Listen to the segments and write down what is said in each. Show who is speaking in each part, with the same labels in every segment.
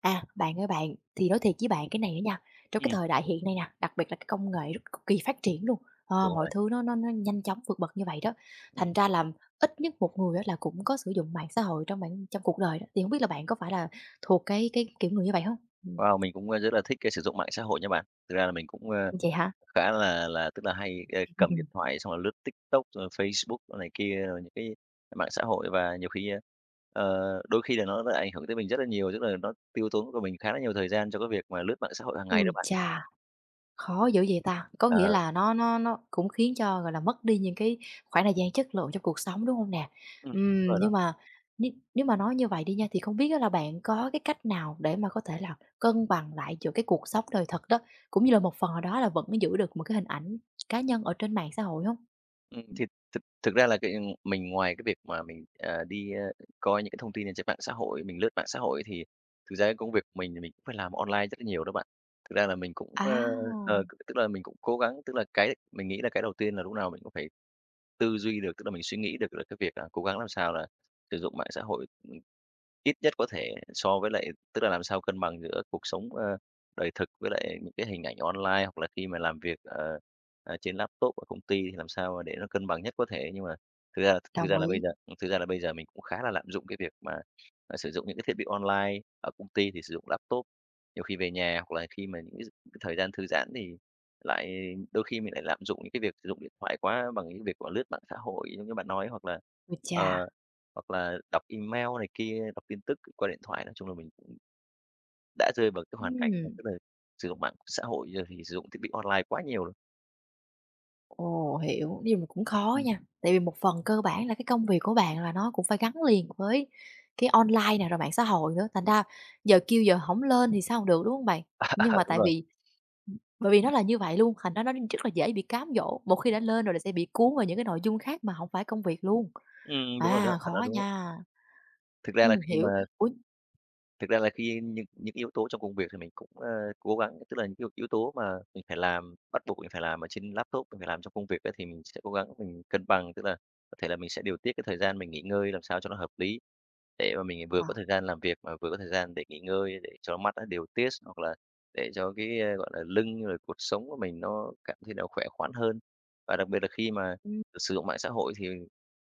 Speaker 1: À, bạn ơi bạn, thì nói thiệt với bạn cái này nữa nha, trong cái
Speaker 2: Ừm,
Speaker 1: thời đại hiện nay nè, đặc biệt là cái công nghệ rất cực kỳ phát triển luôn.
Speaker 2: đúng
Speaker 1: Mọi
Speaker 2: rồi.
Speaker 1: thứ nó nhanh chóng vượt bậc như vậy đó, thành
Speaker 2: Ừm.
Speaker 1: ra là ít nhất một người á là cũng có sử dụng mạng xã hội trong cuộc đời đó, thì không biết là bạn có phải là thuộc cái kiểu người như vậy không? Ừm,
Speaker 2: Wow, mình cũng, rất là thích cái sử dụng mạng xã hội nha bạn. Thực ra là mình cũng,
Speaker 1: vậy hả?
Speaker 2: khá là tức là hay, cầm điện thoại xong là lướt TikTok rồi Facebook đồ này kia, rồi những cái mạng xã hội và nhiều khi, đôi khi là nó lại ảnh hưởng tới mình rất là nhiều, tức là nó tiêu tốn của mình khá là nhiều thời gian cho cái việc mà lướt mạng xã hội hàng ngày đó
Speaker 1: Ui
Speaker 2: bạn.
Speaker 1: chà! Khó dữ vậy ta? Có
Speaker 2: Ờ,
Speaker 1: nghĩa là nó cũng khiến cho, gọi là, mất đi những cái khoảng thời gian chất lượng trong cuộc sống, đúng hông nè?
Speaker 2: đúng rồi
Speaker 1: Nhưng
Speaker 2: đó.
Speaker 1: mà nếu nếu mà nói như vậy đi nha, thì không biết á là bạn có cái cách nào để mà có thể là cân bằng lại giữa cái cuộc sống đời thật đó, cũng như là một phần nào đó là vẫn giữ được một cái hình ảnh cá nhân ở trên mạng xã hội hông?
Speaker 2: Thì thực thực ra là cái mình ngoài cái việc mà mình, đi, coi những cái thông tin trên mạng xã hội, mình lướt mạng xã hội thì thực ra cái công việc của mình thì mình cũng phải làm online rất là nhiều đó bạn. Thực ra là mình cũng,
Speaker 1: À,
Speaker 2: tức là mình cũng cố gắng tức là cái mình nghĩ là cái đầu tiên là lúc nào mình cũng phải tư duy được, tức là mình suy nghĩ được là cái việc là cố gắng làm sao là sử dụng mạng xã hội, ừ, ít nhất có thể so với lại tức là làm sao cân bằng giữa cuộc sống, đời thực với lại những cái hình ảnh online, hoặc là khi mà làm việc, trên laptop ở công ty thì làm sao mà để nó cân bằng nhất có thể. Nhưng mà thực ra thực
Speaker 1: đồng
Speaker 2: ra là bây
Speaker 1: ý.
Speaker 2: giờ mình cũng khá là lạm dụng cái việc mà, sử dụng những cái thiết bị online, ở công ty thì sử dụng laptop, nhiều khi về nhà hoặc là khi mà những cái thời gian thư giãn thì lại đôi khi mình lại lạm dụng những cái việc sử dụng điện thoại quá bằng những việc của lướt mạng xã hội giống như bạn nói, hoặc là,
Speaker 1: Ôi chà!
Speaker 2: ờ, hoặc là đọc email này kia, đọc tin tức qua điện thoại. Nói chung là mình cũng đã rơi vào cái hoàn cảnh là
Speaker 1: Ừm.
Speaker 2: tức là sử dụng mạng xã hội rồi thì sử dụng thiết bị online quá nhiều rồi.
Speaker 1: Ồ, hiểu, nhưng mà cũng khó
Speaker 2: Ừm.
Speaker 1: nha, tại vì một phần cơ bản là cái công việc của bạn là nó cũng phải gắn liền với cái online này rồi mạng xã hội nữa, thành ra giờ kêu giờ không lên thì sao không được, đúng không bạn? Nhưng mà
Speaker 2: đúng
Speaker 1: tại
Speaker 2: rồi.
Speaker 1: vì bởi vì nó là như vậy luôn, thành ra nó rất là dễ bị cám dỗ, một khi đã lên rồi là sẽ bị cuốn vào những cái nội dung khác mà không phải công việc luôn.
Speaker 2: Đúng rồi đó,
Speaker 1: À,
Speaker 2: bạn nói
Speaker 1: khó
Speaker 2: đúng đấy.
Speaker 1: nha.
Speaker 2: Thực ra là khi mà
Speaker 1: Hiểu. Ủa
Speaker 2: Thực ra là khi những yếu tố trong công việc thì mình cũng, cố gắng, tức là những cái yếu tố mà mình phải làm, bắt buộc mình phải làm ở trên laptop, mình phải làm trong công việc á, thì mình sẽ cố gắng mình cân bằng. Tức là có thể là mình sẽ điều tiết cái thời gian mình nghỉ ngơi làm sao cho nó hợp lý, để mà mình vừa
Speaker 1: ờ,
Speaker 2: có thời gian làm việc mà vừa có thời gian để nghỉ ngơi, để cho mắt nó điều tiết, hoặc là để cho cái, gọi là, lưng rồi cuộc sống của mình nó cảm thấy là khỏe khoắn hơn. Và đặc biệt là khi mà
Speaker 1: ừm,
Speaker 2: sử dụng mạng xã hội thì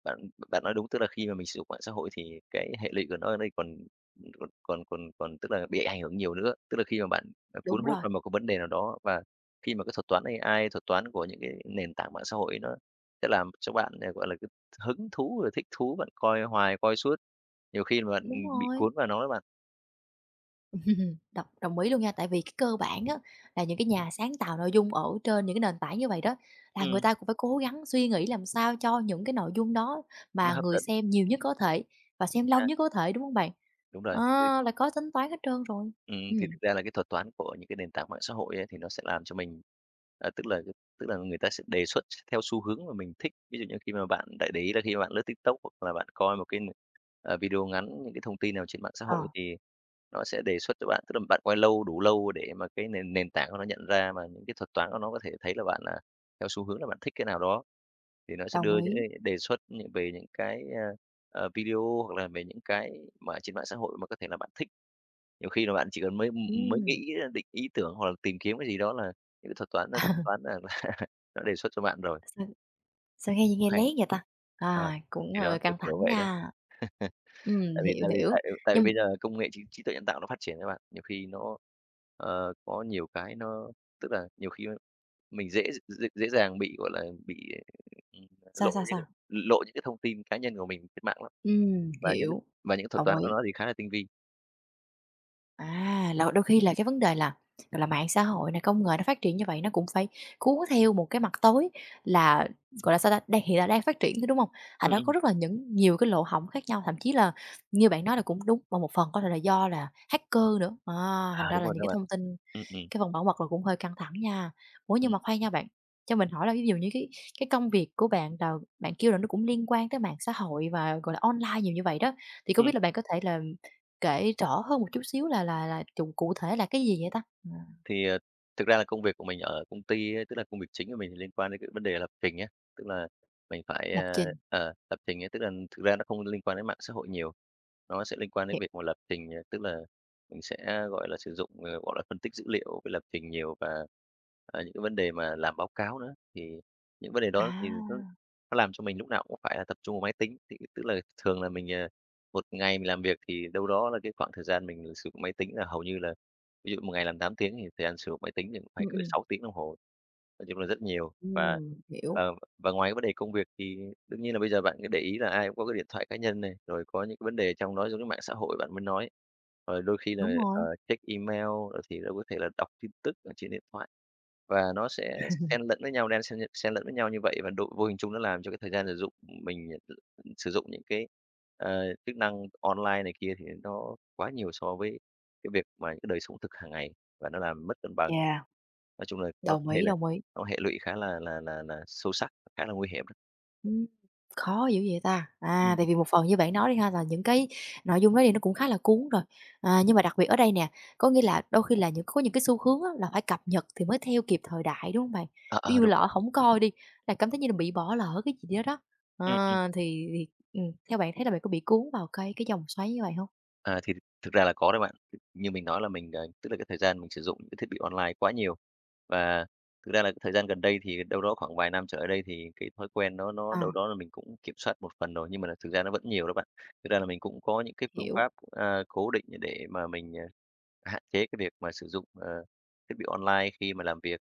Speaker 2: bạn bạn nói đúng, tức là khi mà mình sử dụng mạng xã hội thì cái hệ lụy của nó ở đây còn còn còn còn còn tức là bị ảnh hưởng nhiều nữa. Tức là khi mà bạn,
Speaker 1: đúng
Speaker 2: cuốn hút
Speaker 1: rồi,
Speaker 2: vào một cái vấn đề nào đó và khi mà cái thuật toán AI, thuật toán của những cái nền tảng mạng xã hội ấy nó sẽ làm cho bạn, gọi là, cái hứng thú rồi thích thú, bạn coi hoài, coi suốt. Nhiều khi là
Speaker 1: đúng
Speaker 2: bị
Speaker 1: rồi.
Speaker 2: cuốn vào nó đó bạn.
Speaker 1: Đồng đồng ý luôn nha, tại vì cái cơ bản á là những cái nhà sáng tạo nội dung ở trên những cái nền tảng như vậy đó, là người
Speaker 2: Ừm,
Speaker 1: ta cũng phải cố gắng suy nghĩ làm sao cho những cái nội dung đó
Speaker 2: nó
Speaker 1: mà
Speaker 2: hấp
Speaker 1: người
Speaker 2: dẫn
Speaker 1: xem nhiều nhất có thể và
Speaker 2: chính
Speaker 1: xem lâu
Speaker 2: xác,
Speaker 1: nhất có thể, đúng không bạn?
Speaker 2: đúng rồi.
Speaker 1: Ờ, là có tính toán hết trơn rồi. Ừm.
Speaker 2: Thì thực ra là cái thuật toán của những cái nền tảng mạng xã hội ấy, thì nó sẽ làm cho mình à, tức là tức là người ta sẽ đề xuất theo xu hướng mà mình thích. Ví dụ như khi mà bạn đại để ý là khi mà bạn lướt TikTok hoặc là bạn coi một cái, video ngắn, những cái thông tin nào trên mạng xã hội
Speaker 1: Ờ,
Speaker 2: thì nó sẽ đề xuất cho bạn, tức là bạn quay lâu đủ lâu để mà cái nền nền tảng của nó nhận ra mà những cái thuật toán của nó có thể thấy là bạn là theo xu hướng là bạn thích cái nào đó, thì nó sẽ
Speaker 1: đồng
Speaker 2: đưa những
Speaker 1: ý.
Speaker 2: cái đề xuất những về những cái, video hoặc là về những cái mà trên mạng xã hội mà có thể là bạn thích. Nhiều khi là bạn chỉ cần mới mới
Speaker 1: Ừm.
Speaker 2: nghĩ định ý tưởng hoặc là tìm kiếm cái gì đó là những cái thuật toán nó tính toán là là nó đề xuất cho bạn rồi,
Speaker 1: sao sao nghe
Speaker 2: cũng
Speaker 1: nghe
Speaker 2: hay.
Speaker 1: lén vậy ta?
Speaker 2: Ờ,
Speaker 1: À, cũng,
Speaker 2: thì đó, kiểu,
Speaker 1: căng
Speaker 2: kiểu
Speaker 1: thẳng
Speaker 2: vậy đó.
Speaker 1: nha.
Speaker 2: Tại vì
Speaker 1: Hiểu,
Speaker 2: tại vì
Speaker 1: hiểu,
Speaker 2: tại tại vì
Speaker 1: nhưng
Speaker 2: bây giờ công nghệ trí trí tuệ nhân tạo nó phát triển các bạn, nhiều khi nó, có nhiều cái nó tức là nhiều khi mình dễ dễ dàng bị, gọi là, bị, ừm,
Speaker 1: sao,
Speaker 2: lộ
Speaker 1: sao,
Speaker 2: những
Speaker 1: sao?
Speaker 2: lộ những cái thông tin cá nhân của mình trên mạng lắm, và những cái
Speaker 1: Hiểu,
Speaker 2: và những thuật
Speaker 1: đồng
Speaker 2: toán của
Speaker 1: ý.
Speaker 2: nó thì khá là tinh vi.
Speaker 1: À, là đôi khi là cái vấn đề là, gọi là, mạng xã hội này, công nghệ nó phát triển như vậy nó cũng phải cuốn theo một cái mặt tối là, gọi là, sao ta, đang hiện tại đang phát triển thôi, đúng không? Thành
Speaker 2: Ừm,
Speaker 1: ra có
Speaker 2: ừm.
Speaker 1: rất là những nhiều cái lỗ hổng khác nhau, thậm chí là như bạn nói là cũng đúng, và một phần có thể là do là hacker nữa. À, thành
Speaker 2: À,
Speaker 1: ra
Speaker 2: đúng
Speaker 1: là
Speaker 2: rồi
Speaker 1: những
Speaker 2: các
Speaker 1: cái
Speaker 2: bạn.
Speaker 1: thông tin
Speaker 2: Ừm, ừm, ừm.
Speaker 1: cái phần bảo mật là cũng hơi căng thẳng nha. Ủa, nhưng mà khoan nha bạn, cho mình hỏi là ví dụ như cái công việc của bạn là bạn kêu là nó cũng liên quan tới mạng xã hội và, gọi là, online nhiều như vậy đó, thì có biết là bạn có thể là kể rõ hơn một chút xíu là trù cụ thể là cái gì vậy ta?
Speaker 2: Thì, thực ra là công việc của mình ở công ty ấy, tức là công việc chính của mình thì liên quan đến cái vấn đề lập trình nhé, tức là mình phải,
Speaker 1: Lập trình,
Speaker 2: lập trình ấy, tức là thực ra nó không liên quan đến mạng xã hội nhiều. Nó sẽ liên quan đến
Speaker 1: hiểu.
Speaker 2: việc mà lập trình, tức là mình sẽ, gọi là, sử dụng, gọi là, phân tích dữ liệu với lập trình nhiều và, những cái vấn đề mà làm báo cáo nữa. Thì những vấn đề đó thì
Speaker 1: À,
Speaker 2: nó làm cho mình lúc nào cũng phải là tập trung vào máy tính, thì tức là thường là mình, một ngày mình làm việc thì đâu đó là cái khoảng thời gian mình sử dụng máy tính là hầu như là ví dụ một ngày làm 8 tiếng thì thời gian sử dụng máy tính thì cũng phải
Speaker 1: ừm,
Speaker 2: cỡ
Speaker 1: ừm.
Speaker 2: 6 tiếng đồng hồ. Nói chung là rất nhiều và
Speaker 1: Hiểu.
Speaker 2: và ngoài cái vấn đề công việc thì đương nhiên là bây giờ bạn cứ để ý là ai cũng có cái điện thoại cá nhân này, rồi có những cái vấn đề trong đó giống như mạng xã hội bạn mới nói. Rồi đôi khi
Speaker 1: Đúng
Speaker 2: là,
Speaker 1: rồi.
Speaker 2: check email, rồi thì nó có thể là đọc tin tức ở trên điện thoại và nó sẽ xen lẫn với nhau, đan xen xen lẫn với nhau như vậy và độ vô hình chung nó làm cho cái thời gian sử dụng mình sử dụng những cái, chức năng online này kia thì nó quá nhiều so với cái việc mà cái đời sống thực hàng ngày và nó làm mất cân bằng.
Speaker 1: Yeah,
Speaker 2: Nói chung là nó
Speaker 1: đồng
Speaker 2: có thể
Speaker 1: ý,
Speaker 2: là
Speaker 1: đồng ý.
Speaker 2: nó hệ lụy khá là sâu sắc, khá là nguy hiểm đó.
Speaker 1: Ừm, khó dữ vậy ta? À,
Speaker 2: Ừm,
Speaker 1: tại vì một phần như bạn nói đi ha, là những cái nội dung đó thì nó cũng khá là cuốn rồi. À, nhưng mà đặc biệt ở đây nè, có nghĩa là đôi khi là những có những cái xu hướng á, là phải cập nhật thì mới theo kịp thời đại, đúng không bạn? Ví
Speaker 2: ờ,
Speaker 1: dụ
Speaker 2: đúng
Speaker 1: lỡ
Speaker 2: rồi.
Speaker 1: không coi đi, là cảm thấy như là bị bỏ lỡ cái gì đó đó.
Speaker 2: Ừm.
Speaker 1: Ờ, thì, theo bạn thấy là bạn có bị cuốn vào cái dòng xoáy như vậy không?
Speaker 2: À, thì thực ra là có đấy bạn. Như mình nói là mình, tức là cái thời gian mình sử dụng những cái thiết bị online quá nhiều. Và thực ra là cái thời gian gần đây thì đâu đó khoảng vài năm trở lại đây thì cái thói quen nó
Speaker 1: À,
Speaker 2: đâu đó là mình cũng kiểm soát một phần rồi, nhưng mà là thực ra nó vẫn nhiều đó bạn. Thực ra là mình cũng có những cái phương
Speaker 1: hiểu.
Speaker 2: pháp, cố định để mà mình, hạn chế cái việc mà sử dụng, thiết bị online khi mà làm việc.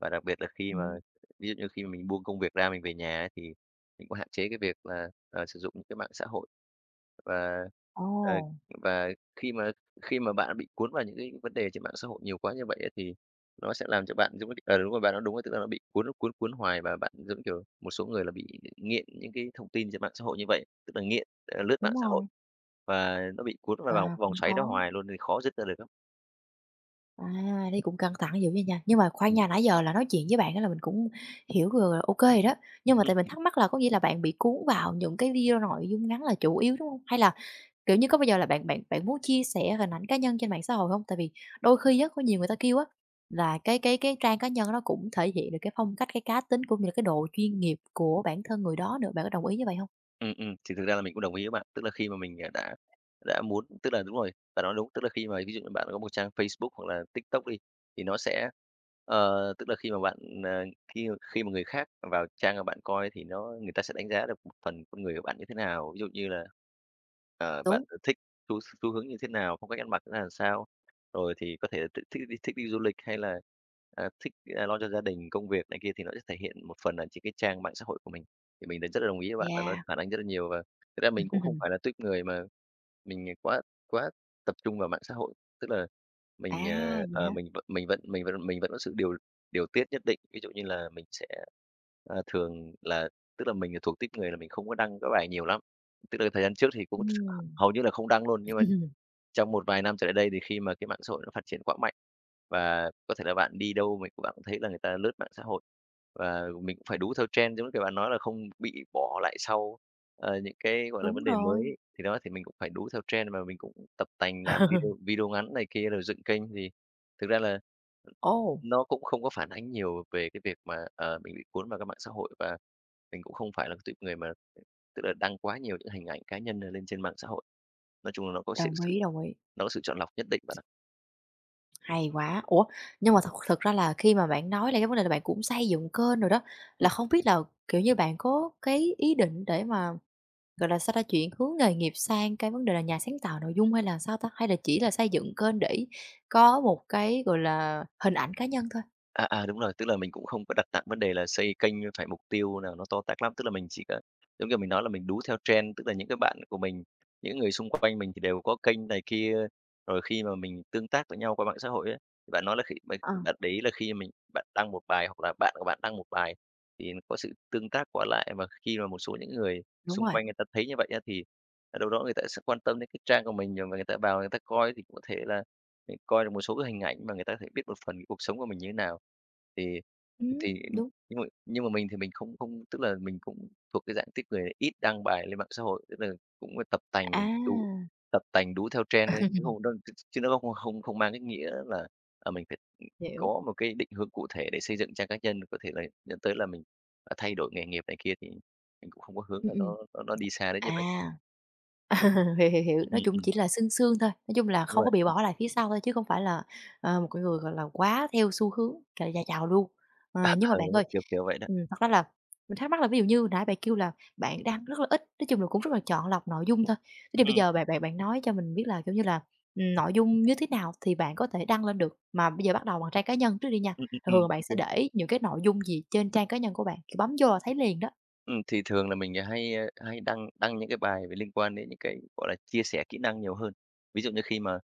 Speaker 2: Và đặc biệt là khi mà
Speaker 1: Ừm.
Speaker 2: ví dụ như khi mà mình buông công việc ra mình về nhà ấy thì mình cũng hạn chế cái việc là, sử dụng những cái mạng xã hội. Và, ờ
Speaker 1: Ồ,
Speaker 2: và khi mà khi mà bạn bị cuốn vào những cái vấn đề trên mạng xã hội nhiều quá như vậy á, thì nó sẽ làm cho bạn giống như đúng rồi, bạn nói đúng rồi, tức là nó bị cuốn cuốn cuốn hoài và bạn giống, kiểu, một số người là bị nghiện những cái thông tin trên mạng xã hội như vậy, tức là nghiện, lướt
Speaker 1: đúng
Speaker 2: mạng xã hội
Speaker 1: rồi,
Speaker 2: và nó bị cuốn vào vòng
Speaker 1: à,
Speaker 2: vòng
Speaker 1: cũng
Speaker 2: xoáy đó
Speaker 1: khó.
Speaker 2: hoài luôn thì khó dứt ra được lắm.
Speaker 1: À, đi cũng căng thẳng dữ vậy nha. Nhưng mà khoan
Speaker 2: Ừm.
Speaker 1: nha, nãy giờ là nói chuyện với bạn á là mình cũng hiểu rồi, ô kê rồi đó. Nhưng mà tại mình thắc mắc là có nghĩa là bạn bị cuốn vào những cái video nội dung ngắn là chủ yếu, đúng không? Hay là, kiểu như, có bao giờ là bạn bạn bạn muốn chia sẻ hình ảnh cá nhân trên mạng xã hội không? Tại vì đôi khi á, có nhiều người ta kêu á, là cái trang cá nhân nó cũng thể hiện được cái phong cách, cái cá tính cũng như là cái độ chuyên nghiệp của bản thân người đó nữa. Bạn có đồng ý như vậy không?
Speaker 2: Ừ, thì thực ra là mình cũng đồng ý với bạn. Tức là khi mà mình, đã muốn tức là đúng rồi, bạn nói đúng. Tức là khi mà ví dụ như bạn có một trang Facebook hoặc là TikTok đi, thì nó sẽ tức là khi mà bạn, ờ, khi khi mà người khác vào trang mà bạn coi thì nó người ta sẽ đánh giá được một phần con người của bạn như thế nào. Ví dụ như là, bạn,
Speaker 1: Đúng,
Speaker 2: thích xu xu hướng như thế nào, phong cách ăn mặc là làm sao, rồi thì có thể thích thích đi du lịch hay là, thích, lo cho gia đình, công việc này kia thì nó sẽ thể hiện một phần là trên cái trang mạng xã hội của mình. Thì mình thấy rất là đồng ý với bạn là nó
Speaker 1: yeah.
Speaker 2: phản ánh rất là nhiều, và thực ra mình cũng không phải là tuýp người mà mình quá quá tập trung vào mạng xã hội. Tức là
Speaker 1: À,
Speaker 2: mình,
Speaker 1: vậy hả?
Speaker 2: mình vẫn có sự điều điều tiết nhất định. Ví dụ như là mình sẽ, thường là tức là mình là thuộc tuýp người là mình không có đăng các bài nhiều lắm. Tức là thời gian trước thì cũng
Speaker 1: Ừm,
Speaker 2: hầu như là không đăng luôn, nhưng mà trong một vài năm trở lại đây thì khi mà cái mạng xã hội nó phát triển quá mạnh và có thể là bạn đi đâu mình bạn cũng thấy là người ta lướt mạng xã hội và mình cũng phải đú theo trend giống như kiểu bạn nói là không bị bỏ lại sau, những cái, gọi là,
Speaker 1: đúng
Speaker 2: vấn đề
Speaker 1: rồi.
Speaker 2: mới. Thì đó, thì mình cũng phải đú theo trend và mình cũng tập tành làm video video ngắn này kia rồi dựng kênh thì thực ra là
Speaker 1: Ồ,
Speaker 2: nó cũng không có phản ánh nhiều về cái việc mà, mình bị cuốn vào các mạng xã hội và mình cũng không phải là cái tuýp người mà tức là đăng quá nhiều những hình ảnh cá nhân, lên trên mạng xã hội. Nói chung là
Speaker 1: đồng ý,
Speaker 2: nó có sự chọn lọc nhất định bạn ạ.
Speaker 1: hay quá. Ủa, nhưng mà thật thật ra là khi mà bạn nói là cái vấn đề là bạn cũng xây dựng kênh rồi đó, là
Speaker 2: Ừm,
Speaker 1: không biết là, kiểu như, bạn có cái ý định để mà, gọi là, sao ta, chuyển hướng nghề nghiệp sang cái vấn đề là nhà sáng tạo nội dung hay là sao ta? Hay là chỉ là xây dựng kênh để có một cái, gọi là, hình ảnh cá nhân thôi?
Speaker 2: đúng rồi, tức là mình cũng không có đặt nặng vấn đề là xây kênh phải mục tiêu nào nó to tát lắm, tức là mình chỉ có giống như mình nói là mình đú theo trend, tức là những cái bạn của mình, những người xung quanh mình thì đều có kênh này kia. Rồi khi mà mình tương tác với nhau qua mạng xã hội á, thì bạn nói là khi bạn
Speaker 1: Ờ,
Speaker 2: bạn để ý là khi mình bạn đăng một bài hoặc là bạn của bạn đăng một bài thì nó có sự tương tác qua lại và khi mà một số những người
Speaker 1: đúng
Speaker 2: xung
Speaker 1: rồi,
Speaker 2: quanh người ta thấy như vậy á, thì, đâu đó người ta sẽ quan tâm đến cái trang của mình, và người ta vào người ta coi thì cũng có thể là mình coi được một số cái hình ảnh mà người ta có thể biết một phần cái cuộc sống của mình như thế nào. Thì
Speaker 1: ừm,
Speaker 2: thì
Speaker 1: đúng.
Speaker 2: nhưng mà mình thì mình không không tức là mình cũng thuộc cái dạng tiếp người ít đăng bài lên mạng xã hội, tức là cũng
Speaker 1: À,
Speaker 2: đú tập tành đú theo trend thôi, chứ không đ ch chứ nó không không không mang cái nghĩa là, mình phải,
Speaker 1: hiểu,
Speaker 2: có một cái định hướng cụ thể để xây dựng trang cá nhân, có thể là dẫn tới là mình, thay đổi nghề nghiệp này kia thì mình cũng không có hướng
Speaker 1: ừm,
Speaker 2: là
Speaker 1: ừm,
Speaker 2: nó đi xa đến như vậy.
Speaker 1: à. Ừ, hiểu, hiểu, hiểu,
Speaker 2: Ừm,
Speaker 1: nói
Speaker 2: ừm,
Speaker 1: chung
Speaker 2: ừm,
Speaker 1: chỉ là sương sương thôi, nói chung là
Speaker 2: đúng
Speaker 1: không có
Speaker 2: rồi.
Speaker 1: bị bỏ lại phía sau thôi chứ không phải là, ờ, một cái người, gọi là, quá theo xu hướng, gọi là, già chào luôn. Ờ, nhưng mà
Speaker 2: Ờ,
Speaker 1: bạn
Speaker 2: đúng rồi,
Speaker 1: ơi,
Speaker 2: kiểu vậy đó.
Speaker 1: thật ra là mình thắc mắc là ví dụ như nãy bạn kêu là bạn đang rất là ít, nói chung là cũng rất là chọn lọc nội dung thôi. Thế thì bây
Speaker 2: Ừm,
Speaker 1: giờ bạn bạn bạn nói cho mình biết là, kiểu như là, nội dung như thế nào thì bạn có thể đăng lên được? Mà bây giờ bắt đầu bằng trang cá nhân trước đi nha, thường là bạn sẽ
Speaker 2: OK.
Speaker 1: để những cái nội dung gì trên trang cá nhân của bạn, kiểu, bấm vô là thấy liền đó?
Speaker 2: Thì thường là mình hay đăng đăng những cái bài về liên quan đến những cái, gọi là, chia sẻ kỹ năng nhiều hơn. Ví dụ như khi mà,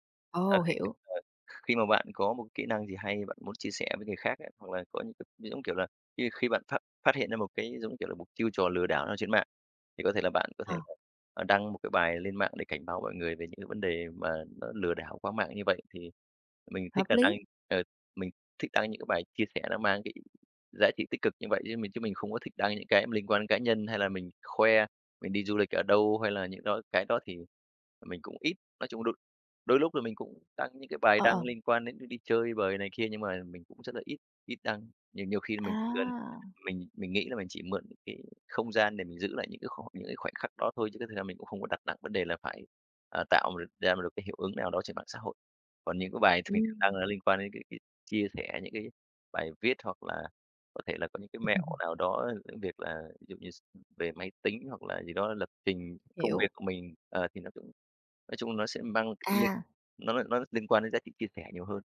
Speaker 2: ờ,
Speaker 1: Ồ,
Speaker 2: khi
Speaker 1: hiểu,
Speaker 2: ờ, khi mà bạn có một kỹ năng gì hay bạn muốn chia sẻ với người khác ấy, hoặc là có những cái giống, kiểu là, khi khi bạn phát phát hiện ra một cái, giống kiểu là, một chiêu trò lừa đảo nào trên mạng, thì có thể là bạn có thể
Speaker 1: ờ,
Speaker 2: là, đăng một cái bài lên mạng để cảnh báo mọi người về những cái vấn đề mà nó lừa đảo qua mạng như vậy. Thì mình thích
Speaker 1: hợp
Speaker 2: là
Speaker 1: lý,
Speaker 2: đăng ờ, Mình thích đăng những cái bài chia sẻ nó mang cái giá trị tích cực như vậy chứ mình không có thích đăng những cái liên quan đến cá nhân hay là mình khoe mình đi du lịch ở đâu hay là những đó cái đó thì mình cũng ít. Nói chung đôi đôi lúc là mình cũng đăng những cái bài
Speaker 1: ờ,
Speaker 2: đăng
Speaker 1: ờ,
Speaker 2: liên quan đến đi chơi bời này kia nhưng mà mình cũng rất là ít ít đăng. Nhiều nhiều khi mình chỉ cần
Speaker 1: à,
Speaker 2: mình nghĩ là mình chỉ mượn cái không gian để mình giữ lại những cái khoảnh khắc đó thôi chứ cái thực ra mình cũng không có đặt nặng vấn đề là phải, tạo được ra được cái hiệu ứng nào đó trên mạng xã hội. Còn những cái bài thì mình thường đăng
Speaker 1: ừm.
Speaker 2: là liên quan đến cái chia sẻ những cái bài viết hoặc là có thể là có những cái mẹo nào đó, những việc là ví dụ như về máy tính hoặc là gì đó lập trình công
Speaker 1: Hiểu,
Speaker 2: việc của mình, thì nó cũng nói chung nó sẽ mang liên
Speaker 1: à,
Speaker 2: nó liên quan đến giá trị chia sẻ nhiều hơn.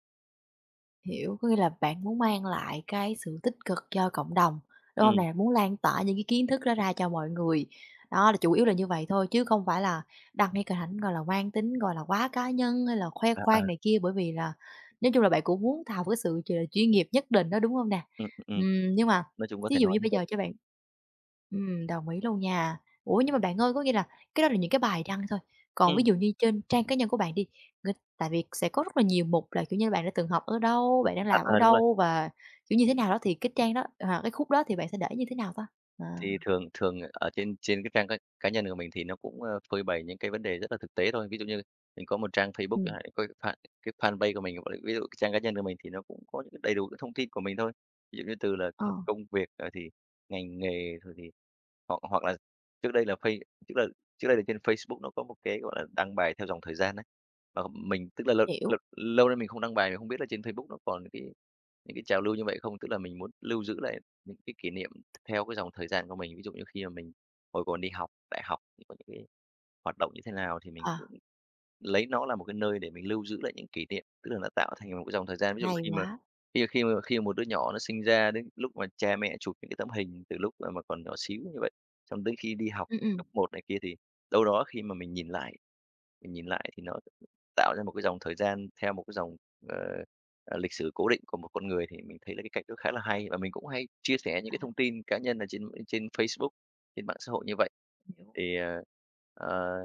Speaker 1: hiểu, có nghĩa là bạn muốn mang lại cái sự tích cực cho cộng đồng, đúng
Speaker 2: Ừ.
Speaker 1: không nè? Muốn lan tỏa những cái kiến thức đó ra cho mọi người, đó, là chủ yếu là như vậy thôi chứ không phải là đăng cái hình ảnh, gọi là, mang tính, gọi là, quá cá nhân hay là khoe
Speaker 2: à, à,
Speaker 1: khoang này kia, bởi vì là nói chung là bạn cũng muốn tạo cái sự chuyên nghiệp nhất định đó, đúng không nè?
Speaker 2: ừm, ừm, ừm,
Speaker 1: Nhưng mà
Speaker 2: nói chung có
Speaker 1: ví
Speaker 2: thể
Speaker 1: dụ
Speaker 2: nói
Speaker 1: như
Speaker 2: như
Speaker 1: bây
Speaker 2: vậy.
Speaker 1: giờ cho bạn đồng ý luôn nha. Ủa, nhưng mà bạn ơi, có nghĩa là cái đó là những cái bài đăng thôi,
Speaker 2: Ừ.
Speaker 1: còn ví dụ như trên trang cá nhân của bạn đi, tại vì sẽ có rất là nhiều mục là, kiểu như, bạn đã từng học ở đâu, bạn đang làm ở
Speaker 2: Đúng rồi.
Speaker 1: đâu và, kiểu, như thế nào đó thì cái trang đó hoặc cái khúc đó thì bạn sẽ để như thế nào ta? À.
Speaker 2: Thì thường thường ở trên trên cái trang cá cá nhân của mình thì nó cũng, phơi bày những cái vấn đề rất là thực tế thôi. Ví dụ như mình có một trang Facebook
Speaker 1: Ừm,
Speaker 2: chẳng hạn, có cái fanpage của mình, gọi là, ví dụ cái trang cá nhân của mình thì nó cũng có những đầy đủ cái thông tin của mình thôi. Ví dụ như từ là
Speaker 1: ờ,
Speaker 2: công việc, thì ngành nghề rồi thì hoặc hoặc là trước đây là phây tức là trước đây là trên Facebook nó có một cái, gọi là, đăng bài theo dòng thời gian đấy. Và mình tức là lâu
Speaker 1: hiểu.
Speaker 2: lâu lâu nay mình không đăng bài, mình không biết là trên Facebook nó còn những cái trào lưu như vậy không? Tức là mình muốn lưu giữ lại những cái kỷ niệm theo cái dòng thời gian của mình. Ví dụ như khi mà mình hồi còn đi học đại học thì có những cái hoạt động như thế nào thì mình
Speaker 1: Ờ,
Speaker 2: cũng lấy nó là một cái nơi để mình lưu giữ lại những kỷ niệm, tức là nó tạo thành một cái dòng thời gian. Ví dụ
Speaker 1: hay
Speaker 2: khi mà
Speaker 1: quá.
Speaker 2: khi khi mà khi mà một đứa nhỏ nó sinh ra đến lúc mà cha mẹ chụp những cái tấm hình từ lúc, mà còn nhỏ xíu như vậy, xong tới khi đi học
Speaker 1: Ừm, ừm,
Speaker 2: cấp một này kia thì đâu đó khi mà mình nhìn lại thì nó tạo ra một cái dòng thời gian theo một cái dòng, ờ, lịch sử cố định của một con người thì mình thấy là cái cách đó khá là hay. Và mình cũng hay chia sẻ những cái thông tin cá nhân là trên trên Facebook, trên mạng xã hội như vậy.
Speaker 1: hiểu.
Speaker 2: Thì, ờ,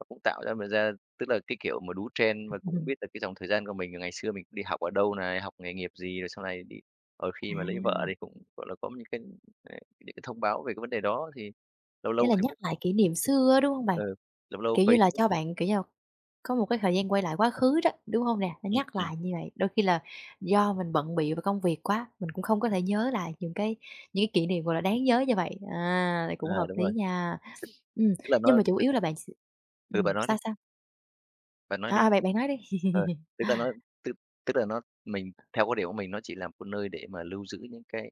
Speaker 2: nó cũng tạo ra mình ra tức là cái kiểu mà đú trend và cũng biết là cái dòng thời gian của mình ngày xưa mình đi học ở đâu này, học nghề nghiệp gì, rồi sau này đi rồi
Speaker 1: À,
Speaker 2: khi mà lấy vợ thì cũng, gọi là, có những cái, những cái thông báo về cái vấn đề đó thì lâu
Speaker 1: ý
Speaker 2: lâu
Speaker 1: là nhắc
Speaker 2: Facebook
Speaker 1: lại kỷ
Speaker 2: ừm.
Speaker 1: niệm xưa á, đúng không bạn?
Speaker 2: Ừ, lâu lâu
Speaker 1: Kiểu như là,
Speaker 2: Facebook
Speaker 1: cho bạn, kiểu như là, có một cái thời gian quay lại quá khứ đó, đúng không nè? Nó
Speaker 2: ừm,
Speaker 1: nhắc
Speaker 2: ừm,
Speaker 1: lại như vậy, đôi khi là do mình bận bịu và công việc quá, mình cũng không có thể nhớ lại những cái kỷ niệm, gọi là, đáng nhớ như vậy. À, thì cũng hợp
Speaker 2: đúng
Speaker 1: lý
Speaker 2: rồi,
Speaker 1: nha.
Speaker 2: tức
Speaker 1: Ừm,
Speaker 2: tức là nó
Speaker 1: nhưng mà chủ yếu là bạn s
Speaker 2: Bà nói đi,
Speaker 1: sao?
Speaker 2: bà nói
Speaker 1: À,
Speaker 2: đi.
Speaker 1: à, bạn bạn nói đi.
Speaker 2: Ờ, tức là nó tức tức là nó Mình theo quan điểm của mình nó chỉ là một nơi để mà lưu giữ những cái,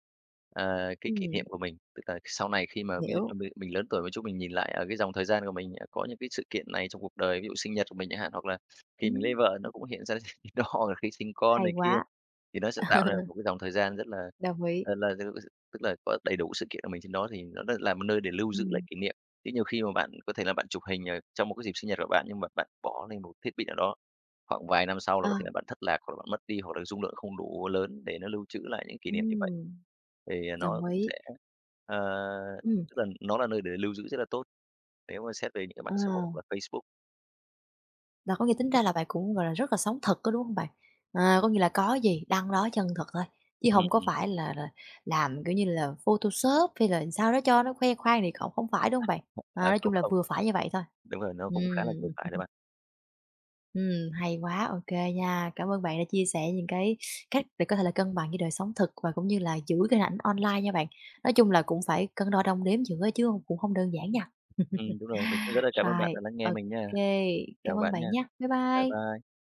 Speaker 2: ờ, cái kỷ
Speaker 1: Ừm,
Speaker 2: niệm của mình. Tức là sau này khi mà ví dụ
Speaker 1: hiểu,
Speaker 2: như mình lớn tuổi một chút, mình nhìn lại ở cái dòng thời gian của mình, có những cái sự kiện này trong cuộc đời, ví dụ sinh nhật của mình chẳng hạn, hoặc là khi mình lấy
Speaker 1: ừm,
Speaker 2: vợ nó cũng hiện ra cái đó, hoặc là khi sinh con
Speaker 1: hay
Speaker 2: này kia,
Speaker 1: quá,
Speaker 2: thì nó sẽ tạo ra một cái dòng thời gian rất là
Speaker 1: đồng ý,
Speaker 2: là tức là có đầy đủ sự kiện của mình trên đó thì nó rất là một nơi để lưu giữ lại
Speaker 1: ừm,
Speaker 2: kỷ niệm. Chứ nhiều khi mà bạn có thể là bạn chụp hình, trong một cái dịp sinh nhật của bạn nhưng mà bạn bỏ lên một thiết bị nào đó. Khoảng vài năm sau
Speaker 1: ờ,
Speaker 2: là có thể là bạn thất lạc hoặc là bạn mất đi hoặc là dung lượng không đủ lớn để nó lưu trữ lại những kỷ niệm như vậy.
Speaker 1: ừm,
Speaker 2: Thì,
Speaker 1: đồng
Speaker 2: nó cũng
Speaker 1: ý,
Speaker 2: sẽ, ờ,
Speaker 1: ừm,
Speaker 2: tức là nó là nơi để lưu giữ rất là tốt, nếu mà xét về những cái
Speaker 1: ờ,
Speaker 2: mạng xã hội và Facebook.
Speaker 1: là có nghĩa tính ra là bạn cũng, gọi là, rất là sống thật có đúng hông bạn? À, có nghĩa là có gì đăng đó chân thật thôi, chứ
Speaker 2: Ừm,
Speaker 1: hông có
Speaker 2: ừm.
Speaker 1: phải là làm, kiểu như là, Photoshop hay là sao đó cho nó khoe khoang này nọ, không phải, đúng hông bạn? À,
Speaker 2: À,
Speaker 1: nói chung
Speaker 2: không,
Speaker 1: là
Speaker 2: không,
Speaker 1: vừa phải như vậy thôi.
Speaker 2: đúng rồi, nó cũng khá là vừa
Speaker 1: Ừm.
Speaker 2: phải đấy bạn.
Speaker 1: Ừm, hay quá, ok nha. Cảm ơn bạn đã chia sẻ những cái cách để có thể là cân bằng với đời sống thực và cũng như là giữ cái hình ảnh online nha bạn. Nói chung là cũng phải cân đo đong đếm giữa chứ hông cũng không đơn giản nha.
Speaker 2: Đúng rồi, mình cũng rất là cảm ơn bạn
Speaker 1: Rồi,
Speaker 2: đã lắng nghe mình nha.
Speaker 1: ok cảm
Speaker 2: Chào
Speaker 1: ơn
Speaker 2: bạn nha.
Speaker 1: bạn nha. Bye
Speaker 2: Bye
Speaker 1: bye.
Speaker 2: bye.